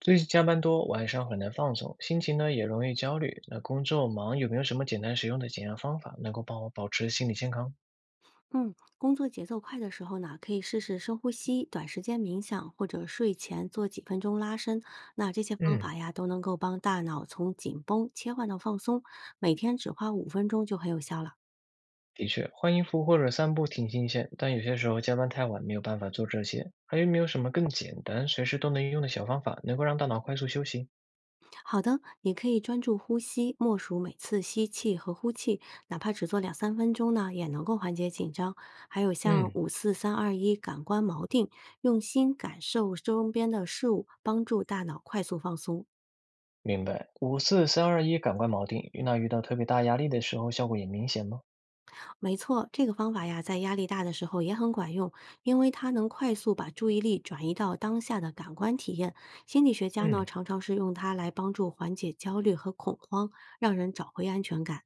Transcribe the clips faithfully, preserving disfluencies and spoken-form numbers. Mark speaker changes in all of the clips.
Speaker 1: 最近加班多，晚上很难放松，心情呢也容易焦虑。那工作忙，有没有什么简单实用的减压方法能够帮我保持心理健康？
Speaker 2: 嗯，工作节奏快的时候呢，可以试试深呼吸、短时间冥想，或者睡前做几分钟拉伸。那这些方法
Speaker 1: 嗯，
Speaker 2: 呀，都能够帮大脑从紧绷切换到放松。每天只花五分钟就很有效了。
Speaker 1: 的确，换衣服或者散步挺新鲜，但有些时候加班太晚，没有办法做这些。还有没有什么更简单、随时都能用的小方法，能够让大脑快速休息？
Speaker 2: 好的，你可以专注呼吸，默数每次吸气和呼气，哪怕只做两三分钟呢，也能够缓解紧张。还有像
Speaker 1: 嗯，
Speaker 2: 五四三二一感官锚定，用心感受周边的事物，帮助大脑快速放松。
Speaker 1: 明白。五四三二一，感官锚定。那遇到特别大压力的时候，效果也明显吗？
Speaker 2: 没错，这个方法呀，在压力大的时候也很管用，因为它能快速把注意力转移到当下的感官体验。心理学家呢，
Speaker 1: 嗯。
Speaker 2: 常常是用它来帮助缓解焦虑和恐慌，让人找回安全感。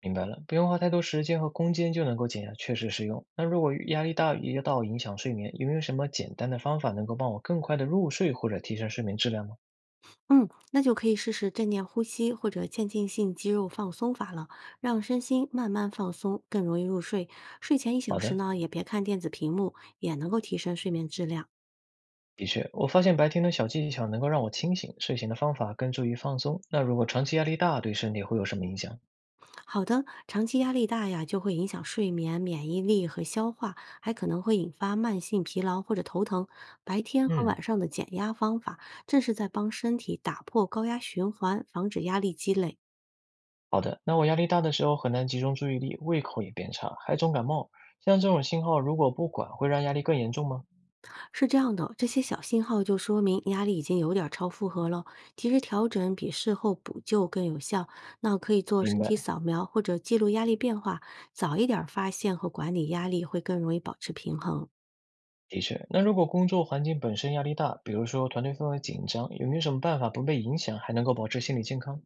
Speaker 1: 明白了，不用花太多时间和空间就能够减压，确实实用。那如果压力大也到影响睡眠，有没有什么简单的方法能够帮我更快的入睡或者提升睡眠质量吗？
Speaker 2: 嗯，那就可以试试正念呼吸或者渐进性肌肉放松法了，让身心慢慢放松，更容易入睡。睡前一小
Speaker 1: 好
Speaker 2: 时
Speaker 1: 的，
Speaker 2: 呢，也别看电子屏幕，也能够提升睡眠质量。
Speaker 1: 的确，我发现白天的小技巧能够让我清醒，睡前的方法更注意放松。那如果长期压力大，对身体会有什么影响？
Speaker 2: 好的，长期压力大呀，就会影响睡眠、免疫力和消化，还可能会引发慢性疲劳或者头疼。白天和
Speaker 1: 嗯，
Speaker 2: 晚上的减压方法，正是在帮身体打破高压循环，防止压力积累。
Speaker 1: 好的。那我压力大的时候很难集中注意力，胃口也变差，还总感冒。像这种信号如果不管，会让压力更严重吗？
Speaker 2: 是这样的，这些小信号就说明压力已经有点儿超负荷了，及时调整比事后补救更有效。那可以做
Speaker 1: 明
Speaker 2: 身体
Speaker 1: 白。
Speaker 2: 扫描或者记录压力变化，早一点儿发现和管理压力，会更容易保持平衡。
Speaker 1: 的确，那如果工作环境本身压力大，比如说团队氛围紧张，有没有什么办法不被影响，还能够保持心理健康？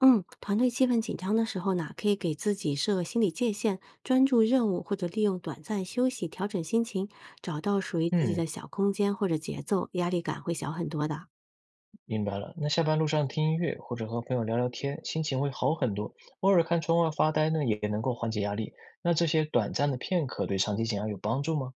Speaker 2: 嗯，团队气氛紧张的时候呢，可以给自己设心理界限，专注任务或者利用短暂休息调整心情，找到属于自己的
Speaker 1: 嗯，
Speaker 2: 小空间或者节奏，压力感会小很多的。
Speaker 1: 明白了。那下班路上听音乐或者和朋友聊聊天，心情会好很多。偶尔看窗外发呆呢，也能够缓解压力。那这些短暂的片刻对长期减压有帮助吗？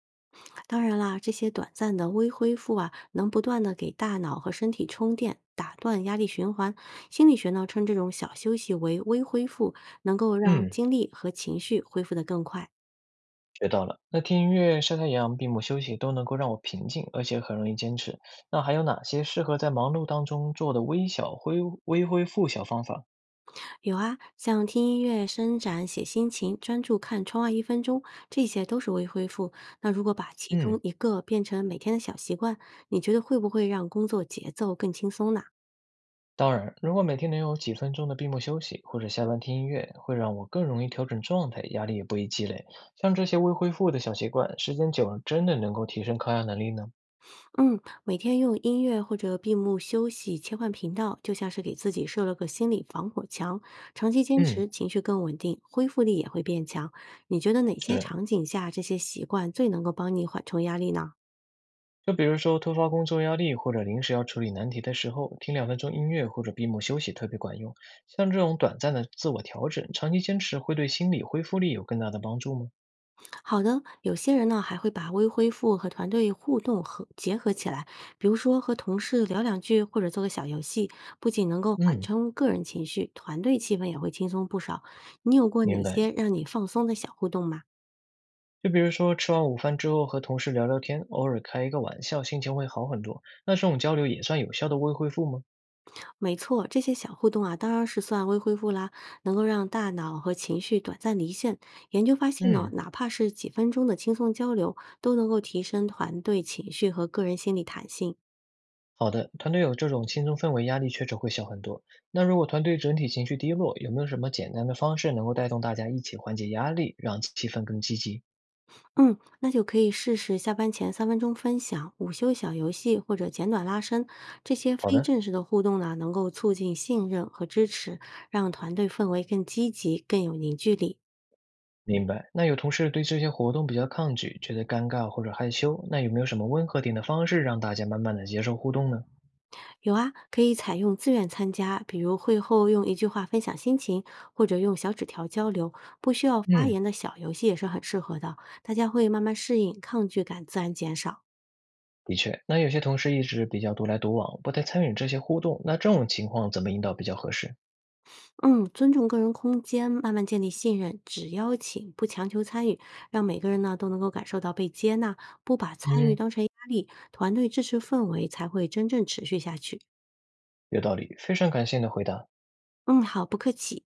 Speaker 2: 当然啦，这些短暂的微恢复啊，能不断的给大脑和身体充电，打断压力循环。心理学呢，称这种小休息为微恢复，能够让
Speaker 1: 嗯，
Speaker 2: 精力和情绪恢复得更快。
Speaker 1: 学到了。那听音乐、晒太阳、闭目休息都能够让我平静，而且很容易坚持。那还有哪些适合在忙碌当中做的微小恢微恢复小方法？
Speaker 2: 有啊，像听音乐、伸展、写心情、专注看窗外一分钟，这些都是微恢复。那如果把其中
Speaker 1: 嗯。
Speaker 2: 一个变成每天的小习惯，你觉得会不会让工作节奏更轻松呢？
Speaker 1: 当然，如果每天能有几分钟的闭目休息，或者下班听音乐，会让我更容易调整状态，压力也不易积累。像这些未恢复的小习惯，时间久了真的能够提升抗压能力呢？
Speaker 2: 嗯，每天用音乐或者闭目休息切换频道，就像是给自己设了个心理防火墙。长期坚持，
Speaker 1: 嗯，
Speaker 2: 情绪更稳定，恢复力也会变强。你觉得哪些
Speaker 1: 是，
Speaker 2: 场景下这些习惯最能够帮你缓冲压力呢？
Speaker 1: 就比如说突发工作压力或者临时要处理难题的时候，听两分钟音乐或者闭目休息特别管用。像这种短暂的自我调整，长期坚持会对心理恢复力有更大的帮助吗？
Speaker 2: 好的，有些人呢还会把微恢复和团队互动和结合起来，比如说和同事聊两句，或者做个小游戏，不仅能够缓
Speaker 1: 嗯，
Speaker 2: 冲个人情绪，团队气氛也会轻松不少。你有过
Speaker 1: 明
Speaker 2: 哪
Speaker 1: 白。
Speaker 2: 些让你放松的小互动吗？
Speaker 1: 就比如说吃完午饭之后和同事聊聊天，偶尔开一个玩笑，心情会好很多。那这种交流也算有效的微恢复吗？
Speaker 2: 没错，这些小互动啊，当然是算微恢复啦，能够让大脑和情绪短暂离线。研究发现呢，
Speaker 1: 嗯，
Speaker 2: 哪怕是几分钟的轻松交流，都能够提升团队情绪和个人心理弹性。
Speaker 1: 好的，团队有这种轻松氛围，压力确实会小很多。那如果团队整体情绪低落，有没有什么简单的方式能够带动大家一起缓解压力，让气氛更积极？
Speaker 2: 嗯，那就可以试试下班前三分钟分享、午休小游戏或者简短拉伸，这些
Speaker 1: 好
Speaker 2: 非
Speaker 1: 的，
Speaker 2: 正式的互动呢，能够促进信任和支持，让团队氛围更积极、更有凝聚力。
Speaker 1: 明白。那有同事对这些活动比较抗拒，觉得尴尬或者害羞，那有没有什么温和点的方式让大家慢慢的接受互动呢？
Speaker 2: 有啊，可以采用自愿参加，比如会后用一句话分享心情，或者用小纸条交流，不需要发
Speaker 1: 嗯。
Speaker 2: 言的小游戏也是很适合的，大家会慢慢适应，抗拒感自然减少。
Speaker 1: 的确，那有些同事一直比较独来独往，不太参与这些互动，那这种情况怎么引导比较合适？
Speaker 2: 嗯，尊重个人空间，慢慢建立信任，只邀请不强求参与，让每个人呢都能够感受到被接纳，不把参与
Speaker 1: 嗯，
Speaker 2: 当成压力，团队支持氛围才会真正持续下去。
Speaker 1: 有道理，非常感谢你的回答。
Speaker 2: 嗯，好，不客气。